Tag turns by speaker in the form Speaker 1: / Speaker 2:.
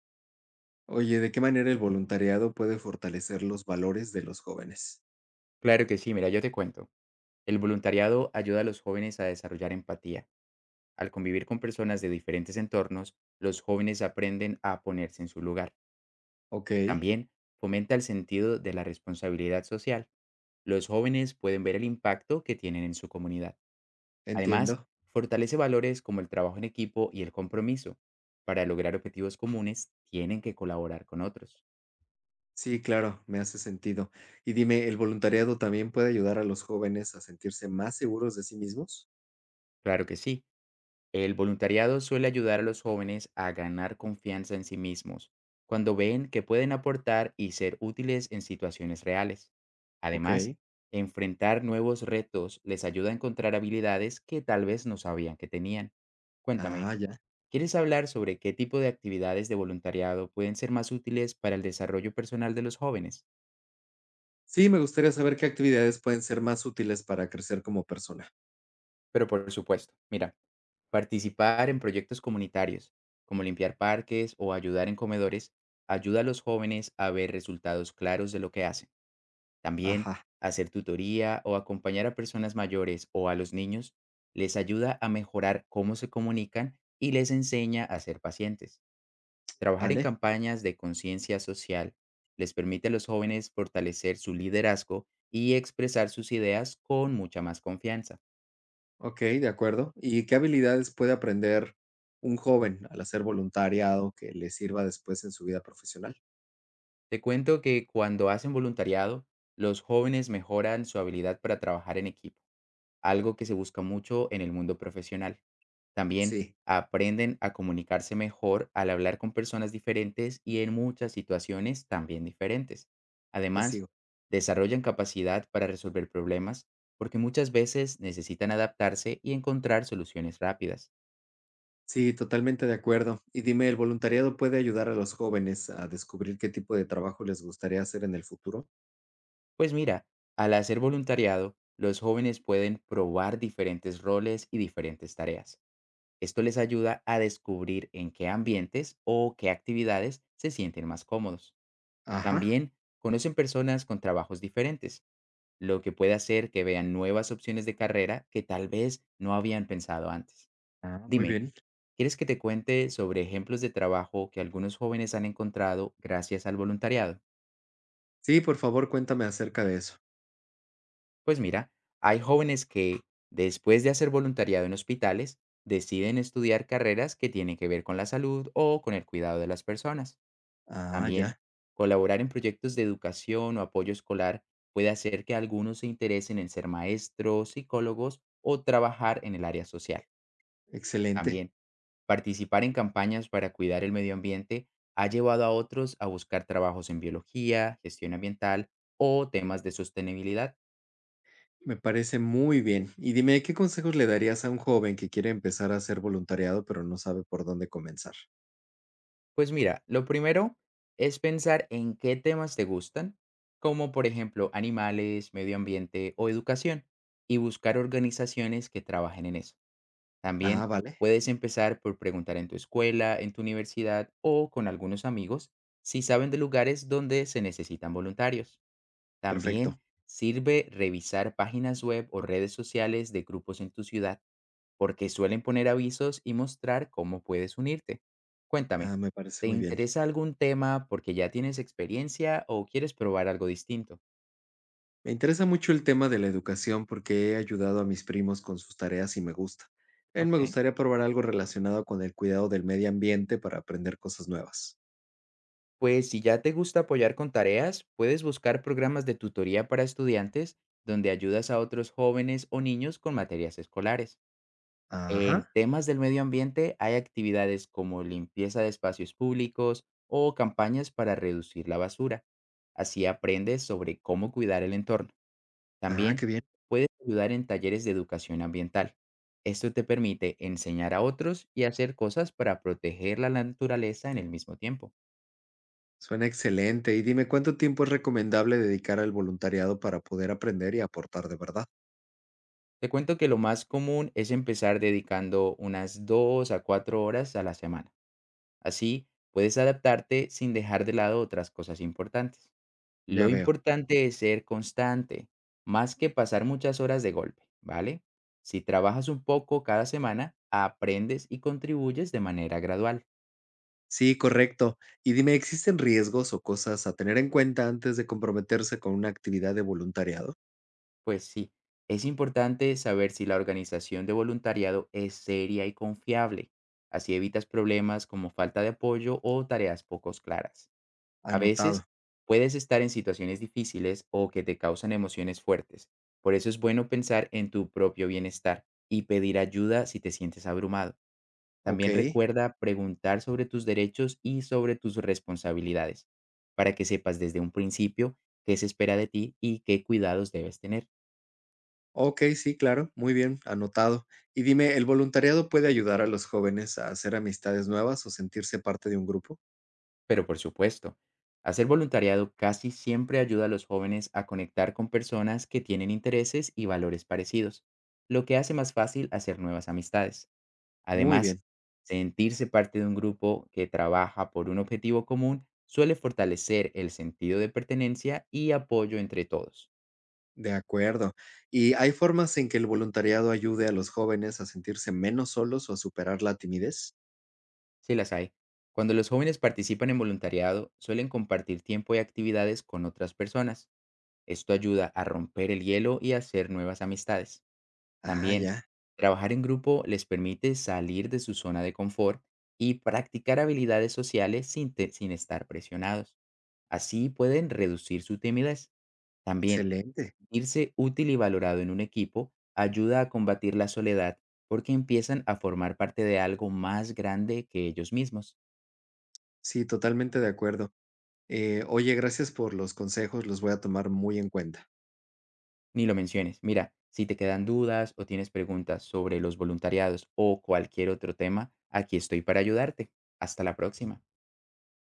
Speaker 1: Oye, ¿de qué manera el voluntariado puede fortalecer los valores de los jóvenes?
Speaker 2: Claro que sí, mira, yo te cuento. El voluntariado ayuda a los jóvenes a desarrollar empatía. Al convivir con personas de diferentes entornos, los jóvenes aprenden a ponerse en su lugar.
Speaker 1: Ok,
Speaker 2: También fomenta el sentido de la responsabilidad social. Los jóvenes pueden ver el impacto que tienen en su comunidad. Además,
Speaker 1: entiendo.
Speaker 2: fortalece valores como el trabajo en equipo y el compromiso. Para lograr objetivos comunes, tienen que colaborar con otros.
Speaker 1: Sí, claro, me hace sentido. Y dime, ¿el voluntariado también puede ayudar a los jóvenes a sentirse más seguros de sí mismos?
Speaker 2: Claro que sí. El voluntariado suele ayudar a los jóvenes a ganar confianza en sí mismos, cuando ven que pueden aportar y ser útiles en situaciones reales.
Speaker 1: Ok.
Speaker 2: Además, enfrentar nuevos retos les ayuda a encontrar habilidades que tal vez no sabían que tenían. Cuéntame,
Speaker 1: Ah, ya.
Speaker 2: ¿quieres hablar sobre qué tipo de actividades de voluntariado pueden ser más útiles para el desarrollo personal de los jóvenes?
Speaker 1: Sí, me gustaría saber qué actividades pueden ser más útiles para crecer como persona.
Speaker 2: Pero por supuesto, mira. Participar en proyectos comunitarios, como limpiar parques o ayudar en comedores, ayuda a los jóvenes a ver resultados claros de lo que hacen. También,
Speaker 1: Ajá,
Speaker 2: hacer tutoría o acompañar a personas mayores o a los niños les ayuda a mejorar cómo se comunican y les enseña a ser pacientes. Trabajar en
Speaker 1: vale.
Speaker 2: campañas de conciencia social les permite a los jóvenes fortalecer su liderazgo y expresar sus ideas con mucha más confianza.
Speaker 1: Ok, de acuerdo. ¿Y qué habilidades puede aprender un joven al hacer voluntariado que le sirva después en su vida profesional?
Speaker 2: Te cuento que cuando hacen voluntariado, los jóvenes mejoran su habilidad para trabajar en equipo, algo que se busca mucho en el mundo profesional. También
Speaker 1: Sí,
Speaker 2: aprenden a comunicarse mejor al hablar con personas diferentes y en muchas situaciones también diferentes.
Speaker 1: te
Speaker 2: Además,
Speaker 1: sigo.
Speaker 2: desarrollan capacidad para resolver problemas porque muchas veces necesitan adaptarse y encontrar soluciones rápidas.
Speaker 1: Sí, totalmente de acuerdo. Y dime, ¿el voluntariado puede ayudar a los jóvenes a descubrir qué tipo de trabajo les gustaría hacer en el futuro?
Speaker 2: Pues mira, al hacer voluntariado, los jóvenes pueden probar diferentes roles y diferentes tareas. Esto les ayuda a descubrir en qué ambientes o qué actividades se sienten más cómodos.
Speaker 1: Ajá.
Speaker 2: También conocen personas con trabajos diferentes, lo que puede hacer que vean nuevas opciones de carrera que tal vez no habían pensado antes.
Speaker 1: Ah, muy
Speaker 2: Dime,
Speaker 1: bien.
Speaker 2: ¿quieres que te cuente sobre ejemplos de trabajo que algunos jóvenes han encontrado gracias al voluntariado?
Speaker 1: Sí, por favor, cuéntame acerca de eso.
Speaker 2: Pues mira, hay jóvenes que, después de hacer voluntariado en hospitales, deciden estudiar carreras que tienen que ver con la salud o con el cuidado de las personas.
Speaker 1: Ah,
Speaker 2: También,
Speaker 1: ya.
Speaker 2: colaborar en proyectos de educación o apoyo escolar puede hacer que algunos se interesen en ser maestros, psicólogos o trabajar en el área social.
Speaker 1: Excelente.
Speaker 2: También, participar en campañas para cuidar el medio ambiente ha llevado a otros a buscar trabajos en biología, gestión ambiental o temas de sostenibilidad.
Speaker 1: Me parece muy bien. Y dime, ¿qué consejos le darías a un joven que quiere empezar a hacer voluntariado pero no sabe por dónde comenzar?
Speaker 2: Pues mira, lo primero es pensar en qué temas te gustan, como por ejemplo animales, medio ambiente o educación, y buscar organizaciones que trabajen en eso. También
Speaker 1: Ah, vale.
Speaker 2: puedes empezar por preguntar en tu escuela, en tu universidad o con algunos amigos si saben de lugares donde se necesitan voluntarios.
Speaker 1: Perfecto.
Speaker 2: También sirve revisar páginas web o redes sociales de grupos en tu ciudad porque suelen poner avisos y mostrar cómo puedes unirte. Cuéntame,
Speaker 1: Ah, me
Speaker 2: ¿te
Speaker 1: parece muy bien.
Speaker 2: interesa algún tema porque ya tienes experiencia o quieres probar algo distinto?
Speaker 1: Me interesa mucho el tema de la educación porque he ayudado a mis primos con sus tareas y me gusta. También me
Speaker 2: Ok.
Speaker 1: gustaría probar algo relacionado con el cuidado del medio ambiente para aprender cosas nuevas.
Speaker 2: Pues si ya te gusta apoyar con tareas, puedes buscar programas de tutoría para estudiantes donde ayudas a otros jóvenes o niños con materias escolares. En
Speaker 1: Ajá.
Speaker 2: temas del medio ambiente hay actividades como limpieza de espacios públicos o campañas para reducir la basura. Así aprendes sobre cómo cuidar el entorno.
Speaker 1: Ah,
Speaker 2: También
Speaker 1: qué bien.
Speaker 2: puedes ayudar en talleres de educación ambiental. Esto te permite enseñar a otros y hacer cosas para proteger la naturaleza en el mismo tiempo.
Speaker 1: Suena excelente. Y dime, ¿cuánto tiempo es recomendable dedicar al voluntariado para poder aprender y aportar de verdad?
Speaker 2: Te cuento que lo más común es empezar dedicando unas 2 a 4 horas a la semana. Así puedes adaptarte sin dejar de lado otras cosas importantes.
Speaker 1: Ya
Speaker 2: Lo
Speaker 1: veo.
Speaker 2: importante es ser constante, más que pasar muchas horas de golpe, ¿vale? Si trabajas un poco cada semana, aprendes y contribuyes de manera gradual.
Speaker 1: Sí, correcto. Y dime, ¿existen riesgos o cosas a tener en cuenta antes de comprometerse con una actividad de voluntariado?
Speaker 2: Pues sí, es importante saber si la organización de voluntariado es seria y confiable. Así evitas problemas como falta de apoyo o tareas poco claras. A
Speaker 1: Anotado.
Speaker 2: veces puedes estar en situaciones difíciles o que te causan emociones fuertes. Por eso es bueno pensar en tu propio bienestar y pedir ayuda si te sientes abrumado.
Speaker 1: Ok.
Speaker 2: También recuerda preguntar sobre tus derechos y sobre tus responsabilidades, para que sepas desde un principio qué se espera de ti y qué cuidados debes tener.
Speaker 1: Ok, sí, claro, muy bien, anotado. Y dime, ¿el voluntariado puede ayudar a los jóvenes a hacer amistades nuevas o sentirse parte de un grupo?
Speaker 2: Pero por supuesto, hacer voluntariado casi siempre ayuda a los jóvenes a conectar con personas que tienen intereses y valores parecidos, lo que hace más fácil hacer nuevas amistades.
Speaker 1: Muy
Speaker 2: Además,
Speaker 1: bien,
Speaker 2: sentirse parte de un grupo que trabaja por un objetivo común suele fortalecer el sentido de pertenencia y apoyo entre todos.
Speaker 1: de acuerdo. ¿Y hay formas en que el voluntariado ayude a los jóvenes a sentirse menos solos o a superar la timidez?
Speaker 2: Si las hay. Cuando los jóvenes participan en voluntariado, suelen compartir tiempo y actividades con otras personas. Esto ayuda a romper el hielo y a hacer nuevas amistades.
Speaker 1: Ah,
Speaker 2: También,
Speaker 1: ya,
Speaker 2: trabajar en grupo les permite salir de su zona de confort y practicar habilidades sociales sin estar presionados. Así pueden reducir su timidez. También,
Speaker 1: excelente.
Speaker 2: sentirse útil y valorado en un equipo ayuda a combatir la soledad porque empiezan a formar parte de algo más grande que ellos mismos.
Speaker 1: Sí, totalmente de acuerdo. Oye, gracias por los consejos, los voy a tomar muy en cuenta.
Speaker 2: Ni lo menciones. Mira, si te quedan dudas o tienes preguntas sobre los voluntariados o cualquier otro tema, aquí estoy para ayudarte. Hasta la próxima.